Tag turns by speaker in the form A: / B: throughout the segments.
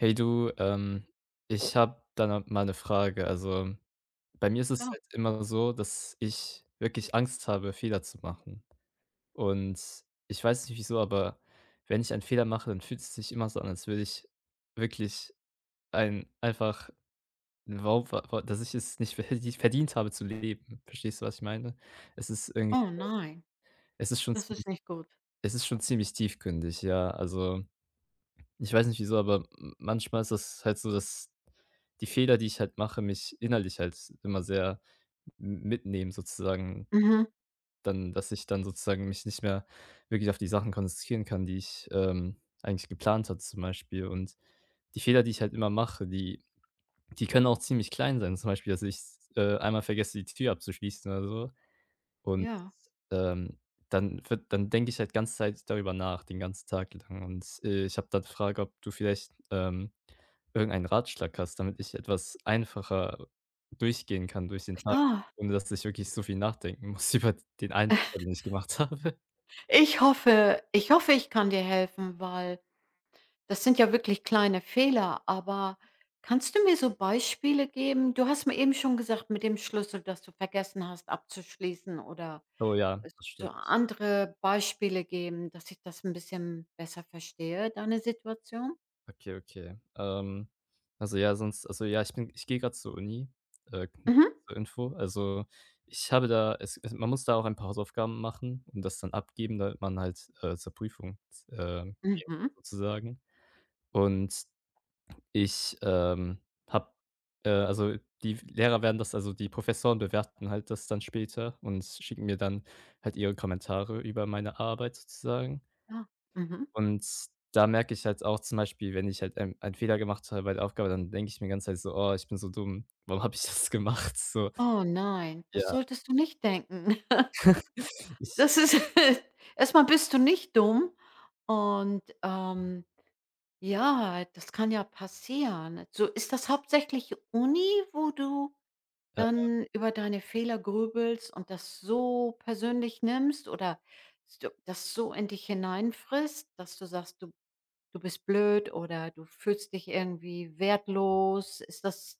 A: Hey du, ich habe da no mal 'ne Frage. Also, bei mir ist es
B: Klar.
A: halt immer so, dass ich wirklich Angst habe, Fehler zu machen. Und ich weiß nicht wieso, aber wenn ich einen Fehler mache, dann fühlt es sich immer so an, als würde ich wirklich ein einfach 'n Wau wa wa dass ich es nicht verdient habe zu leben. Verstehst du, was ich meine? Es ist irgendwie
B: Oh nein,
A: es ist schon
B: das ist
A: ziemlich
B: nicht gut.
A: es ist schon ziemlich tiefgründig, ja. Also ich weiß nicht wieso, aber m manchmal ist das halt so, dass die Fehler, die ich halt mache, mich innerlich halt immer sehr m mitnehmen sozusagen.
B: Mhm.
A: Dann dass ich dann sozusagen mich nicht mehr wirklich auf die Sachen konzentrieren kann, die ich, eigentlich geplant hatte zum Beispiel. Und die Fehler, die ich halt immer mache, die können auch ziemlich klein sein. Zum Beispiel, dass ich, einmal vergesse, die Tür abzuschließen oder so und
B: Ja,
A: ähm, dann denke ich halt ganze Zeit darüber nach, den ganzen Tag lang. Und, ich habe dann die Frage, ob du vielleicht, irgendeinen Ratschlag hast, damit ich etwas einfacher durchgehen kann durch den Tag,
B: klar.
A: ohne dass ich wirklich so viel nachdenken muss über den einen Fehler, den ich gemacht habe.
B: Ich hoffe, ich kann dir helfen, weil das sind ja wirklich kleine Fehler, aber kannst du mir so Beispiele geben? Du hast mir eben schon gesagt mit dem Schlüssel, dass du vergessen hast abzuschließen oder
A: Oh ja, das
B: so
A: stimmt.
B: andere Beispiele geben, dass ich das ein bisschen besser verstehe, deine Situation?
A: Okay, okay. Also, ja, sonst also, ja, ich gehe gerade zur Uni, nur
B: Mhm.
A: zur Info. Also, ich habe da es es man muss da auch ein paar Hausaufgaben machen und das dann abgeben, damit man halt, zur Prüfung, äh, geht
B: Mhm.
A: sozusagen. Und ich, habe also, die Lehrer werden das also, die Professoren bewerten halt das dann später und schicken mir dann halt ihre Kommentare über meine Arbeit sozusagen.
B: Ja. Mhm.
A: Und da merke ich halt auch zum Beispiel, wenn ich halt einen Fehler gemacht habe bei der Aufgabe, dann denke ich mir ganze Zeit so: „Oh, ich bin so dumm. Warum habe ich das gemacht?“ So,
B: Oh nein, das
A: ja.
B: solltest du nicht denken.
A: Ich
B: Das ist erstmal bist du nicht dumm und, ja, das kann ja passieren. So, ist das hauptsächlich Uni, wo du
A: ja,
B: dann über deine Fehler grübelst und das so persönlich nimmst oder so das so in dich hineinfrisst, dass du sagst, du bist blöd oder du fühlst dich irgendwie wertlos? Ist das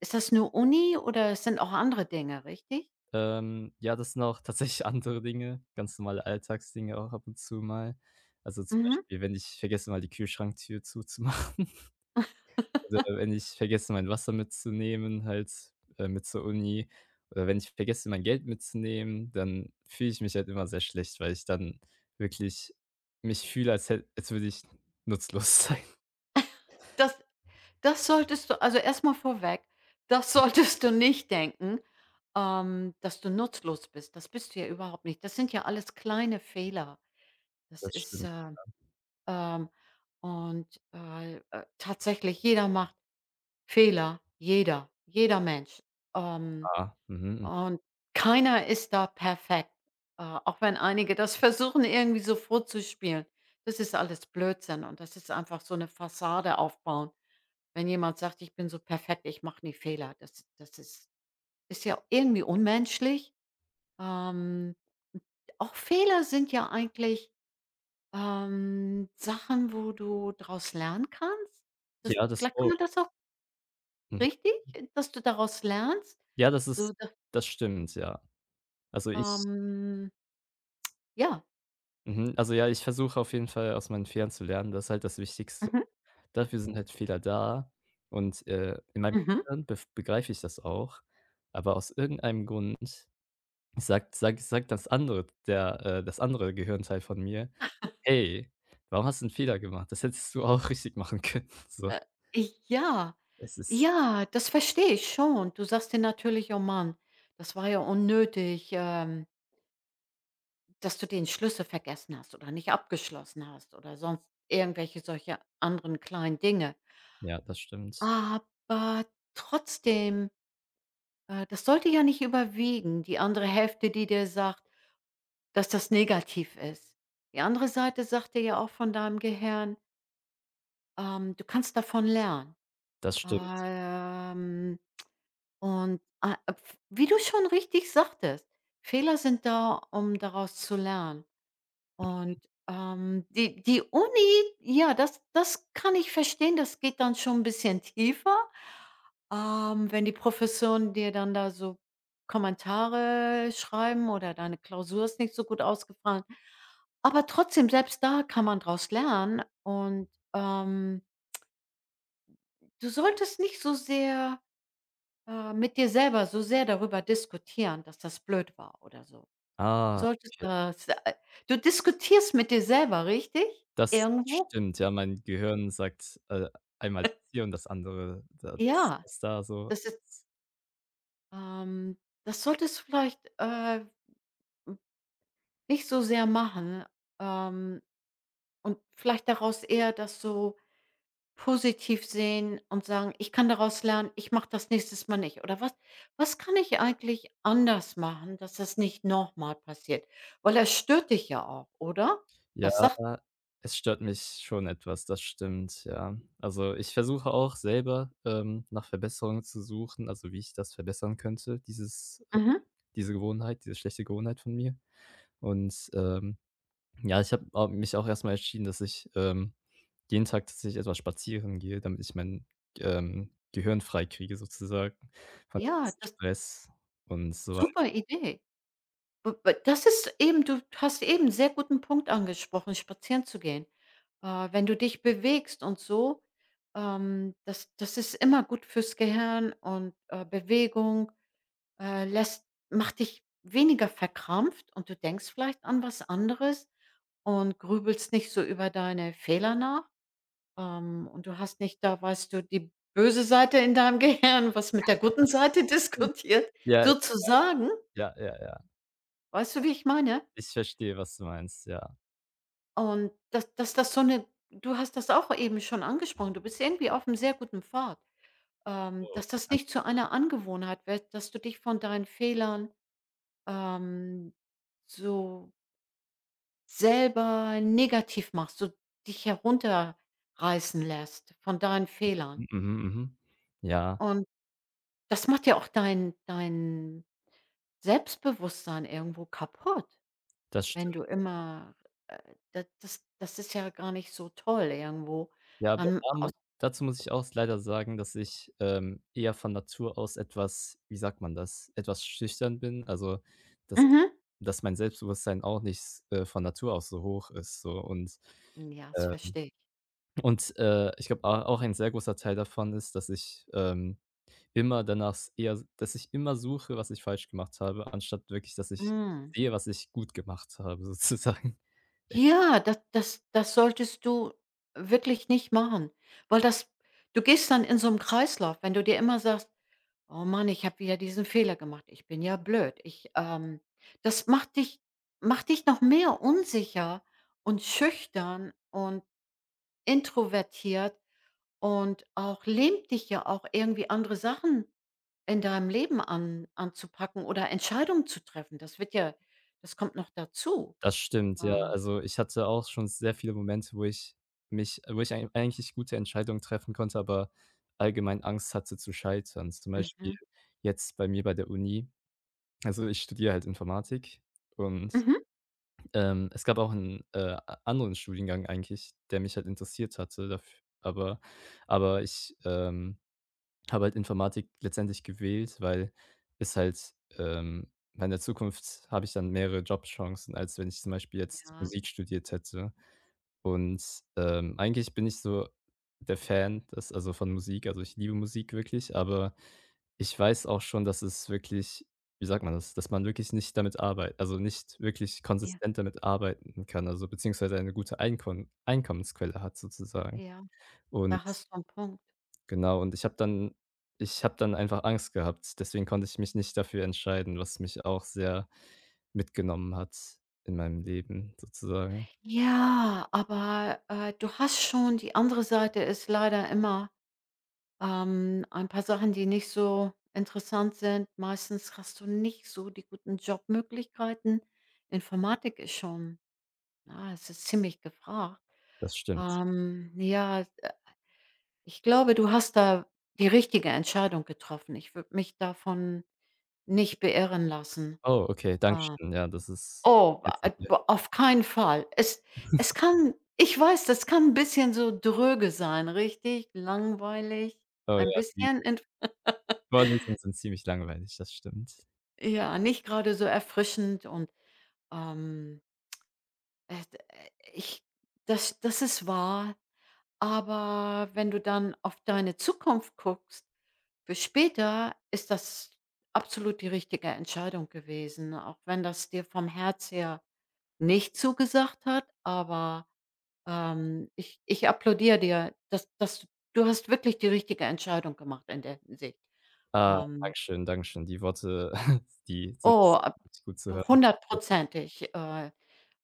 B: ist das nur Uni oder es sind auch andere Dinge, richtig?
A: ja, das sind auch tatsächlich andere Dinge, ganz normale Alltagsdinge auch ab und zu mal. Also, zum
B: Mhm.
A: Beispiel, wenn ich vergesse, mal die Kühlschranktür zuzumachen. Oder wenn ich vergesse, mein Wasser mitzunehmen halt, mit zur Uni oder wenn ich vergesse, mein Geld mitzunehmen, dann fühle ich mich halt immer sehr schlecht, weil ich dann wirklich mich fühle, als würde ich nutzlos sein.
B: Das Das solltest du also erstmal vorweg, das solltest du nicht denken, dass du nutzlos bist. Das bist du ja überhaupt nicht. Das sind ja alles kleine Fehler. Das
A: Das
B: ist,
A: stimmt,
B: ähm und, tatsächlich jeder macht Fehler. Jeder, jeder Mensch. Ähm
A: ja. Mhm.
B: und keiner ist da perfekt, auch wenn einige das versuchen, irgendwie so vorzuspielen. Das ist alles Blödsinn und das ist einfach so eine Fassade aufbauen. Wenn jemand sagt: „Ich bin so perfekt, ich mache nie Fehler“, das ist ja irgendwie unmenschlich. Ähm, auch Fehler sind ja eigentlich, Sachen, wo du daraus lernen kannst. Das
A: Ja, das
B: vielleicht kann
A: auch.
B: man das auch
A: Mhm.
B: richtig, dass du daraus lernst,
A: Ja,
B: so da
A: das stimmt, ja. Also, ich
B: ähm, ja.
A: mhm, also, ja, ich versuche auf jeden Fall aus meinen Fehlern zu lernen, das ist halt das Wichtigste.
B: Mhm.
A: Dafür sind halt Fehler da und, in meinem
B: Mhm.
A: Gehirn bef begreife ich das auch, aber aus irgendeinem Grund sagt sagt das andere der das andere Gehirnteil von mir: „Hey, warum hast du einen Fehler gemacht? Das hättest du auch richtig machen können.“ So.
B: Äh, ja.
A: Es ist
B: Ja, das verstehe ich schon. Du sagst dir natürlich: „Oh Mann, das war ja unnötig, dass du den Schlüssel vergessen hast oder nicht abgeschlossen hast oder sonst irgendwelche solche anderen kleinen Dinge.“
A: ja, das stimmt.
B: Aber trotzdem, das sollte ja nicht überwiegen, die andere Hälfte, die dir sagt, dass das negativ ist. Die andere Seite sagt dir ja auch von deinem Gehirn, du kannst davon lernen.
A: Das stimmt.
B: Ähm Und, ah, pf wie du schon richtig sagtest, Fehler sind da, um daraus zu lernen. Und, die Uni, ja, das kann ich verstehen, das geht dann schon ein bisschen tiefer. Wenn die Professoren dir dann da so Kommentare schreiben oder deine Klausur ist nicht so gut ausgefallen. Aber trotzdem, selbst da kann man draus lernen und, ähm, du solltest nicht so sehr mit dir selber so sehr darüber diskutieren, dass das blöd war oder so. Du
A: Ah,
B: solltest
A: okay.
B: das du diskutierst mit dir selber, richtig?
A: Das
B: Irgendwo?
A: stimmt, ja, mein Gehirn sagt, einmal das hier und das andere da das
B: Ja,
A: das da so.
B: das ist ähm, das solltest du vielleicht, nicht so sehr machen, ähm, und vielleicht daraus eher das so positiv sehen und sagen: „Ich kann daraus lernen, ich mache das nächstes Mal nicht.“ Oder: „Was was kann ich eigentlich anders machen, dass das nicht nochmal passiert?“ Weil das stört dich ja auch, oder?
A: Ja,
B: Das sagt
A: es stört mich schon etwas, das stimmt, ja. Also, ich versuche auch selber, nach Verbesserungen zu suchen, also, wie ich das verbessern könnte, dieses
B: Mhm.
A: diese Gewohnheit, diese schlechte Gewohnheit von mir. Und, ja, ich habe mich auch erstmal entschieden, dass ich, jeden Tag tatsächlich etwas spazieren gehe, damit ich mein, Gehirn frei kriege sozusagen von dem
B: Ja,
A: ganzen
B: das
A: Stress und so weiter.
B: super Idee. W w Das ist eben du hast eben 'n sehr guten Punkt angesprochen, spazieren zu gehen. Wenn du dich bewegst und so, das ist immer gut fürs Gehirn und, Bewegung, lässt macht dich weniger verkrampft und du denkst vielleicht an was anderes und grübelst nicht so über deine Fehler nach. Und du hast nicht da, weißt du, die böse Seite in deinem Gehirn, was mit der guten Seite diskutiert,
A: Ja, ja,
B: sozusagen.
A: ja, ja, ja.
B: Weißt du, wie ich meine?
A: Ich verstehe, was du meinst, ja.
B: Und dass dass das so eine du hast das auch eben schon angesprochen, du bist irgendwie auf einem sehr guten Pfad,
A: Oh,
B: dass das
A: danke
B: nicht zu
A: schön.
B: einer Angewohnheit wird, dass du dich von deinen Fehlern, ähm, so selber negativ machst, so dich herunterreißen lässt von deinen Fehlern.
A: Mhm, mhm. Ja,
B: Und das macht ja auch dein Selbstbewusstsein irgendwo kaputt,
A: das
B: wenn du immer äh, da das ist ja gar nicht so toll irgendwo.
A: ja, bei
B: Dann aus
A: Ramen dazu muss ich auch leider sagen, dass ich, eher von Natur aus etwas, wie sagt man das, etwas schüchtern bin. Also, dass
B: mhm.
A: dass mein Selbstbewusstsein auch nicht von Natur aus so hoch ist so
B: Ja, das
A: äh
B: verstehe ich.
A: und, ich glaube, auch ein sehr großer Teil davon ist, dass ich, immer danach s eher dass ich immer suche, was ich falsch gemacht habe, anstatt wirklich, dass ich
B: Mhm.
A: sehe, was ich gut gemacht habe sozusagen.
B: Ja, das solltest du wirklich nicht machen, weil das du gehst dann in so einem Kreislauf, wenn du dir immer sagst: „Oh Mann, ich habe wieder diesen Fehler gemacht. Ich bin ja blöd.“ Ich, das macht dich noch mehr unsicher und schüchtern und introvertiert. Und auch lähmt dich ja auch irgendwie andere Sachen in deinem Leben an anzupacken oder Entscheidungen zu treffen. Das wird ja das kommt noch dazu.
A: Das stimmt, ja.
B: Ähm.
A: Also, ich hatte auch schon sehr viele Momente, wo ich eigentlich gute Entscheidungen treffen konnte, aber allgemein Angst hatte zu scheitern. Zum Beispiel
B: Mhm.
A: jetzt bei der Uni. Also, ich studiere halt Informatik und,
B: Mhm.
A: es gab auch einen a anderen Studiengang eigentlich, der mich halt interessiert hatte daf aber ich, habe halt Informatik letztendlich gewählt, weil es halt weil in der Zukunft habe ich dann mehrere Jobchancen, als wenn ich zum Beispiel jetzt
B: Ja,
A: Musik studiert hätte. Und, eigentlich bin ich so der Fan des also von Musik, also ich liebe Musik wirklich, aber ich weiß auch schon, dass es wirklich wie sagt man das, dass man wirklich nicht damit arbeitet, also nicht wirklich
B: ja,
A: konsistent damit arbeiten kann, also beziehungsweise eine gute Einkon Einkommensquelle hat sozusagen.
B: ja.
A: Und
B: Da hast du einen Punkt.
A: genau, und ich habe dann einfach Angst gehabt. Deswegen konnte ich mich nicht dafür entscheiden, was mich auch sehr mitgenommen hat in meinem Leben sozusagen.
B: Ja, aber, du hast schon die andere Seite ist leider immer, ein paar Sachen, die nicht so interessant sind. Meistens hast du nicht so die guten Jobmöglichkeiten. Informatik ist schon ja, es ist ziemlich gefragt.
A: Das stimmt.
B: Ja, ich glaube, du hast da die richtige Entscheidung getroffen. Ich würde mich davon nicht beirren lassen.
A: Oh, okay,
B: Ah.
A: Dankeschön. Ja, das ist
B: Oh,
A: nett
B: a
A: von dir.
B: b auf keinen Fall. Es es kann ich weiß, das kann ein bisschen so dröge sein, richtig langweilig,
A: Oh
B: ein
A: ja, die
B: bisschen ent
A: Vorlesungen sind ziemlich langweilig, das stimmt.
B: ja, nicht gerade so erfrischend und, ähm, d ich das ist wahr. Aber wenn du dann auf deine Zukunft guckst, für später ist das absolut die richtige Entscheidung gewesen, auch wenn das dir vom Herz her nicht zugesagt hat, aber, ich applaudiere dir, dass dass du du hast wirklich die richtige Entscheidung gemacht in der Hinsicht.
A: Ah,
B: Ähm,
A: Dankeschön, Dankeschön. Die Worte, die sind
B: oh, ab
A: richtig gut zu hören.
B: hundertprozentig, äh,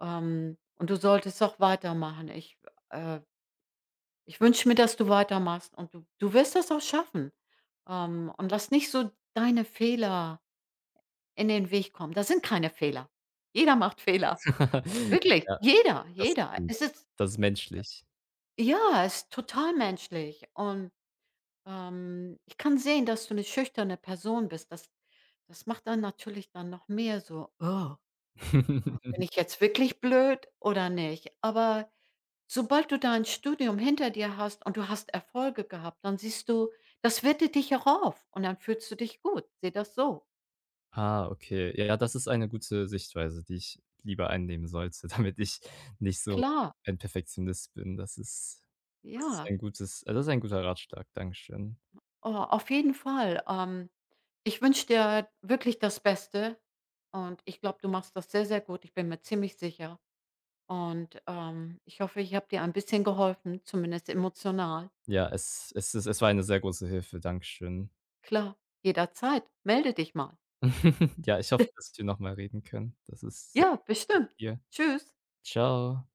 B: ähm, und du solltest auch weitermachen. Ich, äh Ich wünsche mir, dass du weitermachst und du wirst das auch schaffen. Und lass nicht so deine Fehler in den Weg kommen. Das sind keine Fehler. Jeder macht Fehler. Wirklich,
A: Ja,
B: jeder,
A: das
B: jeder.
A: stimmt,
B: Es
A: ja.
B: ist
A: Das ist menschlich.
B: ja, es ist total menschlich und, ich kann sehen, dass du eine schüchterne Person bist. Das macht dann natürlich dann noch mehr so: „Oh, bin ich jetzt wirklich blöd oder nicht?“ Aber sobald du dein Studium hinter dir hast und du hast Erfolge gehabt, dann siehst du, das wertet dich auch auf und dann fühlst du dich gut. Sehe das so.
A: Ah, okay. Ja, das ist eine gute Sichtweise, die ich lieber einnehmen sollte, damit ich nicht so
B: Klar,
A: ein Perfektionist bin. Das ist
B: ja,
A: ein gutes das ist ein guter Ratschlag. Dankeschön.
B: oh, auf jeden Fall. Ich wünsche dir wirklich das Beste und ich glaube, du machst das sehr, sehr gut. Ich bin mir ziemlich sicher. Und ich hoffe, ich habe dir ein bisschen geholfen, zumindest emotional.
A: Ja, es war eine sehr große Hilfe. Dankeschön.
B: Klar, jederzeit. Melde dich mal.
A: Ja, ich hoffe, dass wir noch mal reden können. Das ist sehr
B: Ja, bestimmt.
A: viel.
B: Tschüss.
A: Ciao.